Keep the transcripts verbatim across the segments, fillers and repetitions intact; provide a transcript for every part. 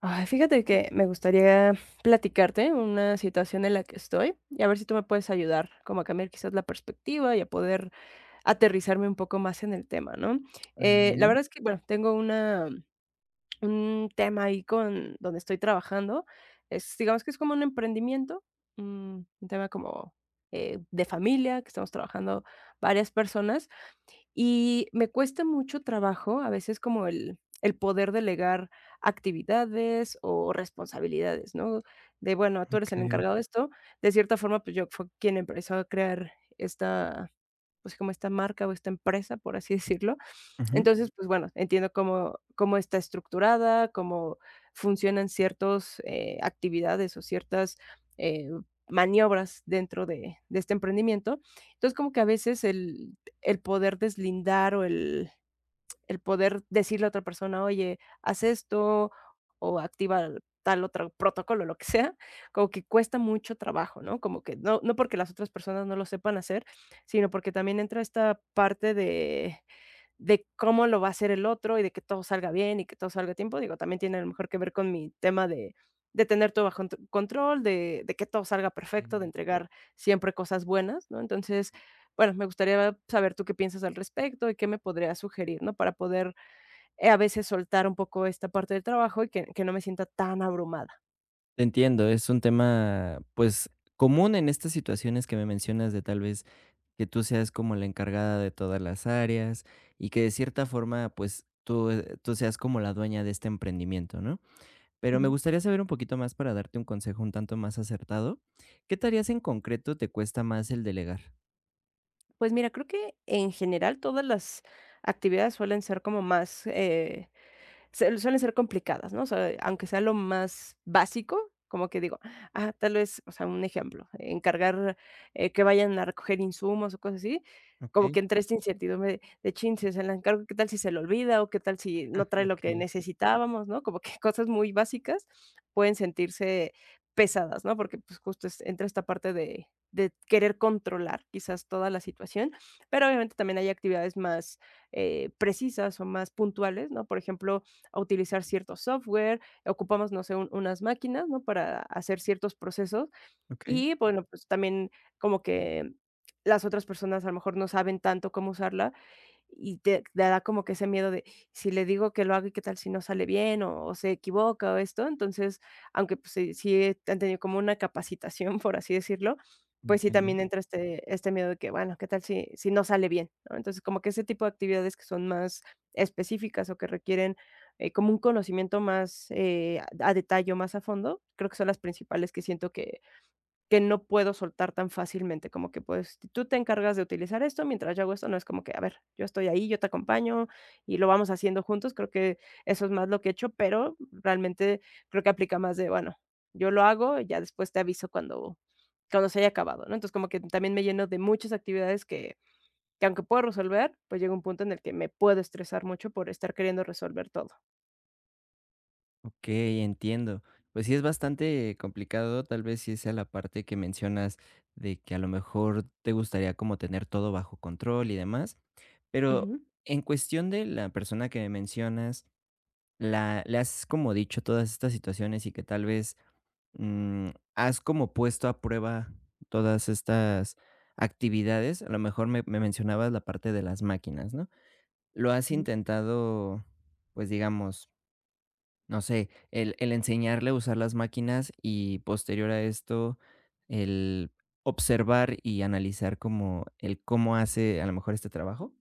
Ay, fíjate que me gustaría platicarte una situación en la que estoy y a ver si tú me puedes ayudar como a cambiar quizás la perspectiva y a poder aterrizarme un poco más en el tema, ¿no? Eh, la Ujú, verdad es que, bueno, tengo una, un tema ahí con donde estoy trabajando. Es, digamos que es como un emprendimiento, mm, un tema como eh, de familia, que estamos trabajando varias personas y me cuesta mucho trabajo, a veces como el el poder delegar actividades o responsabilidades, ¿no? De, bueno, tú eres el okey. encargado de esto. De cierta forma, pues yo fue quien empezó a crear esta, pues como esta marca o esta empresa, por así decirlo. Ujú. Entonces, pues bueno, entiendo cómo cómo está estructurada, cómo funcionan ciertas actividades o ciertas, eh, maniobras dentro de de este emprendimiento. Entonces, como que a veces el el poder deslindar o el el poder decirle a otra persona: "Oye, haz esto o activa tal otro protocolo", lo que sea, como que cuesta mucho trabajo, ¿no? Como que no no porque las otras personas no lo sepan hacer, sino porque también entra esta parte de de cómo lo va a hacer el otro y de que todo salga bien y que todo salga a tiempo. Digo, también tiene a lo mejor que ver con mi tema de, de tener todo bajo nt- control, de, de que todo salga perfecto, de Eh, entregar siempre cosas buenas, ¿no? Entonces, bueno, me gustaría saber tú qué piensas al respecto y qué me podrías sugerir, ¿no? Para poder eh, a veces soltar un poco esta parte del trabajo y que, que no me sienta tan abrumada. Te entiendo, es un tema, pues, común en estas situaciones que me mencionas de tal vez que tú seas como la encargada de todas las áreas y que de cierta forma, pues, tú, eh, tú seas como la dueña de este emprendimiento, ¿no? Pero me Ujú. gustaría saber un poquito más para darte un consejo un tanto más acertado. ¿Qué tareas en concreto te cuesta más el delegar? Pues mira, creo que en general todas las actividades suelen ser como más, eh, se suelen ser complicadas, ¿no? O sea, aunque sea lo más básico, como que digo, ah, tal vez, o sea, un ejemplo, encargar, eh, que vayan a recoger insumos o cosas así, como Okey, que entre esta incertidumbre de, de chin, si se la encargo, ¿qué tal si se le olvida? O qué tal si no trae lo que okey, necesitábamos, ¿no? Como que cosas muy básicas pueden sentirse pesadas, ¿no? Porque pues justo es- entra esta parte de, de querer controlar quizás toda la situación, pero obviamente también hay actividades más eh, precisas o más puntuales, ¿no? Por ejemplo, a utilizar cierto software, ocupamos, no sé, un- unas máquinas, ¿no? Para hacer ciertos procesos okey, y bueno, pues también como que las otras personas a lo mejor no saben tanto cómo usarla y te te da como que ese miedo de, si le digo que lo haga, ¿y qué tal si no sale bien o o se equivoca o esto? Entonces, aunque, pues, sí sí han tenido como una capacitación, por así decirlo, pues sí, entiendo. también entra este este miedo de que, bueno, ¿qué tal si si no sale bien?, ¿no? Entonces, como que ese tipo de actividades que son más específicas o que requieren, eh, como un conocimiento más, eh, a a detalle o más a fondo, creo que son las principales que siento que que no puedo soltar tan fácilmente, como que, pues, tú te encargas de utilizar esto, mientras yo hago esto, no es como que, a ver, yo estoy ahí, yo te acompaño y lo vamos haciendo juntos, creo que eso es más lo que he hecho, pero realmente creo que aplica más de, bueno, yo lo hago, ya después te aviso cuando cuando se haya acabado, ¿no? Entonces, como que también me lleno de muchas actividades que que aunque puedo resolver, pues llega un punto en el que me puedo estresar mucho por estar queriendo resolver todo. Okey, entiendo. Pues sí es bastante complicado, tal vez sí sea la parte que mencionas de que a lo mejor te gustaría como tener todo bajo control y demás, pero Ujú, en cuestión de la persona que me mencionas, la le has como dicho todas estas situaciones y que tal vez, mm, has como puesto a prueba todas estas actividades. A lo mejor me me mencionabas la parte de las máquinas, ¿no? ¿Lo has ujú. intentado, pues, digamos no sé, el el enseñarle a usar las máquinas y posterior a esto, el observar y analizar como el cómo hace a lo mejor este trabajo?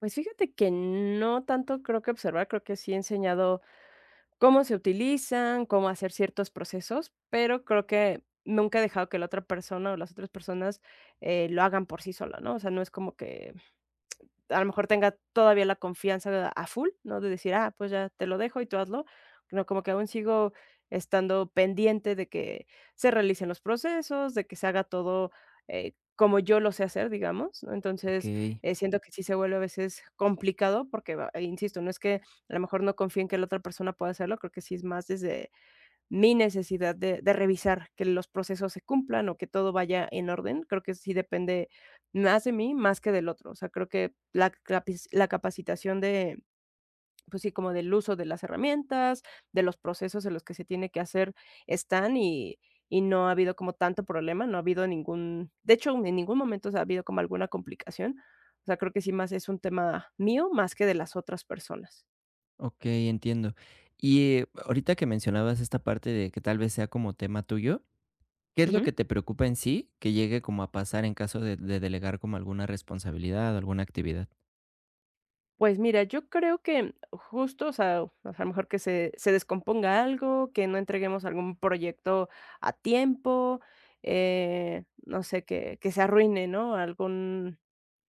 Pues fíjate que no tanto creo que observar, creo que sí he enseñado cómo se utilizan, cómo hacer ciertos procesos, pero creo que nunca he dejado que la otra persona o las otras personas, eh, lo hagan por sí sola, ¿no? O sea, no es como que a lo mejor tenga todavía la confianza a full, ¿no? De decir, ah, pues ya te lo dejo y tú hazlo. No, como que aún sigo estando pendiente de que se realicen los procesos, de que se haga todo eh, como yo lo sé hacer, digamos, ¿no? Entonces, Okey, eh, siento que sí se vuelve a veces complicado porque, va- e insisto, no es que a lo mejor no confíe en que la otra persona pueda hacerlo, creo que sí es más desde mi necesidad de de revisar que los procesos se cumplan o que todo vaya en orden. Creo que sí depende más de mí, más que del otro. O sea, creo que la capis la capacitación de, pues sí, como del uso de las herramientas, de los procesos en los que se tiene que hacer están y y no ha habido como tanto problema, no ha habido ningún de hecho, en ningún momento ha habido como alguna complicación. O sea, creo que sí más es un tema mío, más que de las otras personas. okey, entiendo. Y, eh, ahorita que mencionabas esta parte de que tal vez sea como tema tuyo, ¿qué es lo Ujú. que te preocupa en sí que llegue como a pasar en caso de de delegar como alguna responsabilidad o alguna actividad? Pues mira, yo creo que justo, o sea, o sea, a lo mejor que se, se descomponga algo, que no entreguemos algún proyecto a tiempo, eh, no sé, que, que se arruine, ¿no? Algún,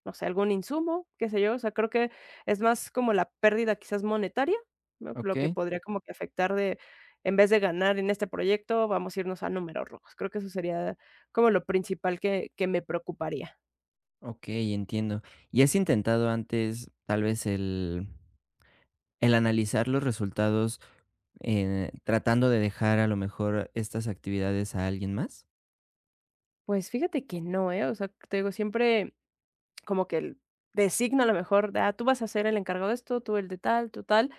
no sé, algún insumo, qué sé yo. O sea, creo que es más como la pérdida quizás monetaria, ¿no? Lo que Okey, podría como que afectar de, en vez de ganar en este proyecto, vamos a irnos a números rojos. Creo que eso sería como lo principal que, que me preocuparía. okey, entiendo. ¿Y has intentado antes tal vez el el analizar los resultados, eh, tratando de dejar a lo mejor estas actividades a alguien más? Pues fíjate que no, ¿eh? O sea, te digo, siempre como que el designo a lo mejor de, ah, tú vas a ser el encargado de esto, tú el de tal, tú tal.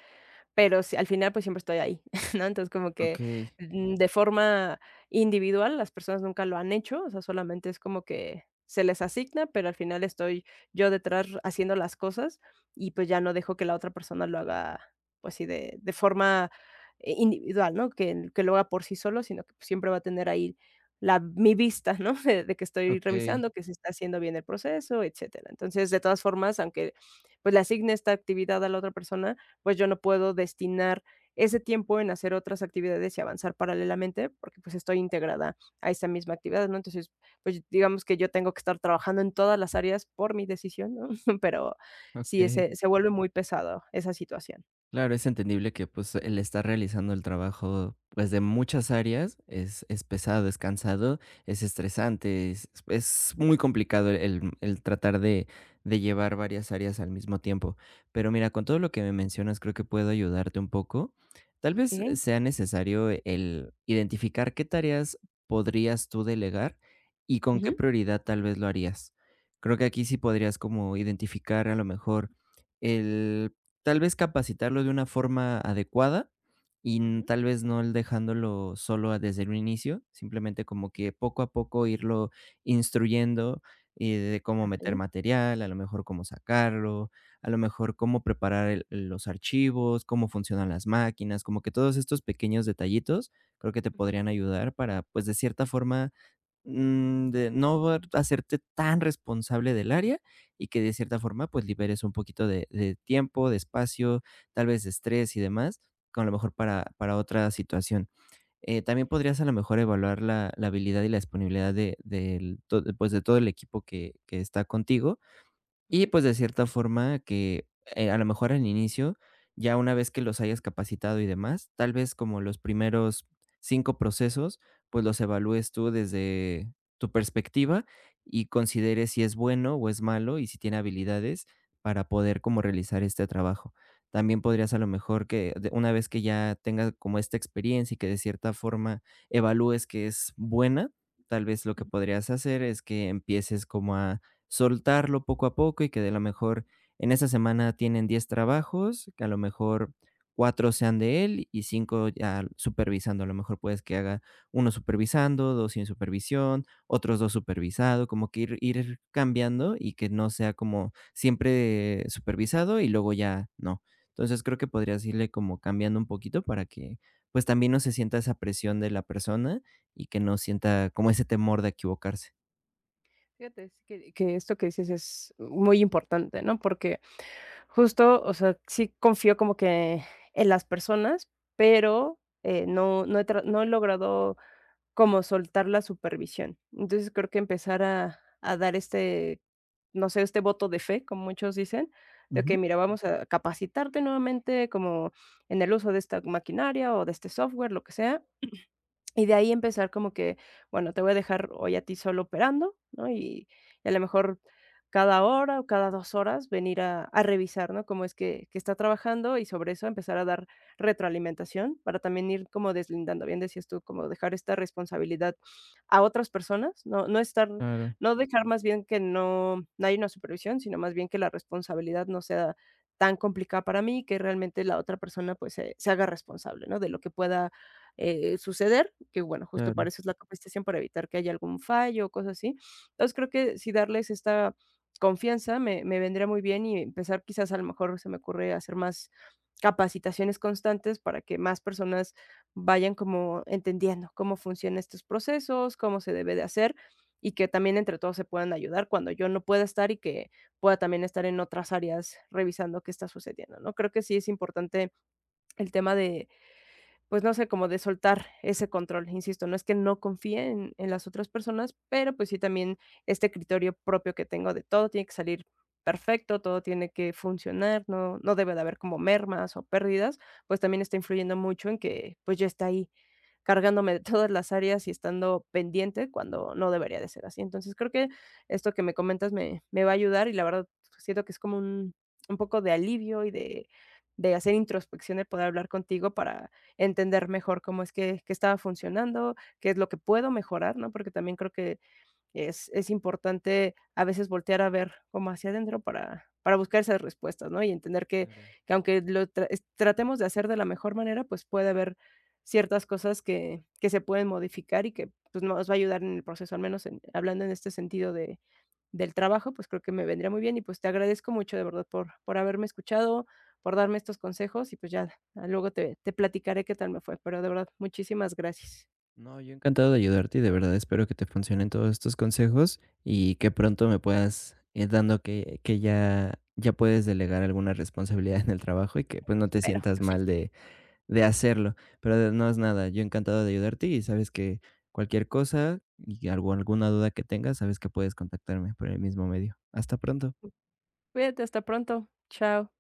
Pero sí, al final, pues, siempre estoy ahí, ¿no? Entonces, como que, Okey, mm, de forma individual, las personas nunca lo han hecho, o sea, solamente es como que se les asigna, pero al final estoy yo detrás haciendo las cosas y, pues, ya no dejo que la otra persona lo haga, pues sí, de de forma, eh, individual, ¿no? Que que lo haga por sí solo, sino que pues, siempre va a tener ahí la mi vista, ¿no? De de que estoy okey, revisando, que se está haciendo bien el proceso, etcétera. Entonces, de todas formas, aunque, pues, le asigne esta actividad a la otra persona, pues yo no puedo destinar ese tiempo en hacer otras actividades y avanzar paralelamente, porque pues estoy integrada a esa misma actividad, ¿no? Entonces, pues digamos que yo tengo que estar trabajando en todas las áreas por mi decisión, ¿no? Pero sí, okey. ese se vuelve muy pesado esa situación. Claro, es entendible que, pues, el estar realizando el trabajo, pues, de muchas áreas es es pesado, es cansado, es estresante, es es muy complicado el el tratar de de llevar varias áreas al mismo tiempo. Pero mira, con todo lo que me mencionas, creo que puedo ayudarte un poco. Tal vez Okey. sea necesario el identificar qué tareas podrías tú delegar y con qué Ujú. prioridad tal vez lo harías. Creo que aquí sí podrías como identificar a lo mejor el tal vez capacitarlo de una forma adecuada y n Ujú. tal vez no el dejándolo solo a desde un inicio, simplemente como que poco a poco irlo instruyendo, eh, de cómo meter Okey. material, a lo mejor cómo sacarlo, a lo mejor cómo preparar el los archivos, cómo funcionan las máquinas, como que todos estos pequeños detallitos creo que te Ujú, podrían ayudar para, pues, de cierta forma, Mm, de no ver hacerte tan responsable del área y que de cierta forma, pues, liberes un poquito de de tiempo, de espacio, tal vez de estrés y demás, con a lo mejor para para otra situación. Eh, también podrías, a lo mejor, evaluar la la habilidad y la disponibilidad de del to pues, de todo el equipo que que está contigo, y ujú. pues de cierta forma que, eh, a lo mejor al inicio, ya una vez que los hayas capacitado y demás, tal vez como los primeros cinco procesos, pues los evalúes tú desde tu perspectiva y consideres si es bueno o es malo y si tiene habilidades para poder como realizar este trabajo. También podrías a lo mejor que de una vez que ya tengas como esta experiencia y que de cierta forma evalúes que es buena, tal vez lo que Mm. podrías hacer es que empieces como a soltarlo poco a poco y que de lo mejor en esa semana tienen diez trabajos, que a lo mejor cuatro sean de él y cinco ya supervisando. A lo mejor puedes que haga uno supervisando, dos sin supervisión, otros dos supervisado, como que ir ir cambiando y que no sea como siempre supervisado y luego ya no. Entonces, creo que podrías irle como cambiando un poquito para que, pues, también no se sienta esa presión de la persona y que no sienta como ese temor de equivocarse. Fíjate, es que Que esto que dices es muy importante, ¿no? Porque justo, o sea, sí confío como que en las personas, pero, eh, no no he tra no he logrado como soltar la supervisión. Entonces, creo que empezar a a dar este, no sé, este voto de fe, como muchos dicen, de: Ujú. que mira, vamos a capacitarte nuevamente como en el uso de esta maquinaria o de este software", lo que sea, y de ahí empezar como que, bueno, te voy a dejar hoy a ti solo operando, ¿no? Y, y a lo mejor cada hora o cada dos horas venir a, a revisar, ¿no? Cómo es que, que está trabajando y sobre eso empezar a dar retroalimentación para también ir como deslindando, bien decías tú, como dejar esta responsabilidad a otras personas, no, no estar, Claro, no dejar más bien que no, no hay una supervisión, sino más bien que la responsabilidad no sea tan complicada para mí, que realmente la otra persona pues se, se haga responsable, ¿no? De lo que pueda eh, suceder, que bueno, justo para claro. eso es la capacitación, para evitar que haya algún fallo o cosas así. Entonces, creo que si darles esta confianza me me vendría muy bien y empezar quizás a lo mejor se me ocurre hacer más capacitaciones constantes para que más personas vayan como entendiendo cómo funcionan estos procesos, cómo se debe de hacer y que también entre todos se puedan ayudar cuando yo no pueda estar y que pueda también estar en otras áreas revisando qué está sucediendo, ¿no? Creo que sí es importante el tema de pues no sé, como de soltar ese control, insisto, no es que no confíe en, en las otras personas, pero pues sí también este criterio propio que tengo de todo tiene que salir perfecto, todo tiene que funcionar, no, no debe de haber como mermas o pérdidas, pues también está influyendo mucho en que pues ya está ahí cargándome de todas las áreas y estando pendiente cuando no debería de ser así. Entonces, creo que esto que me comentas me me va a ayudar y la verdad siento que es como un un poco de alivio y de de hacer introspección, el poder hablar contigo para entender mejor cómo es que que estaba funcionando, qué es lo que puedo mejorar, ¿no? Porque también creo que es es importante a veces voltear a ver como hacia adentro para para buscar esas respuestas, ¿no? Y entender que Claro. que aunque lo tra es tratemos de hacer de la mejor manera, pues, puede haber ciertas cosas que que se pueden modificar y que, pues, nos va a ayudar en el proceso, al menos en hablando en este sentido de del trabajo, pues, creo que me vendría muy bien y, pues, te agradezco mucho de verdad por por haberme escuchado, por darme estos consejos y, pues, ya ah, luego te te platicaré qué tal me fue, pero de verdad, muchísimas gracias. No, yo encantado de ayudarte y de verdad espero que te funcionen todos estos consejos y que pronto me puedas ir dando que, que ya, ya puedes delegar alguna responsabilidad en el trabajo y que pues no te Pero sientas mal de, de hacerlo. Pero de- no es nada, yo encantado de ayudarte y sabes que cualquier cosa y algo- alguna duda que tengas, sabes que puedes contactarme por el mismo medio. Hasta pronto. cuídate, hasta pronto. Chao.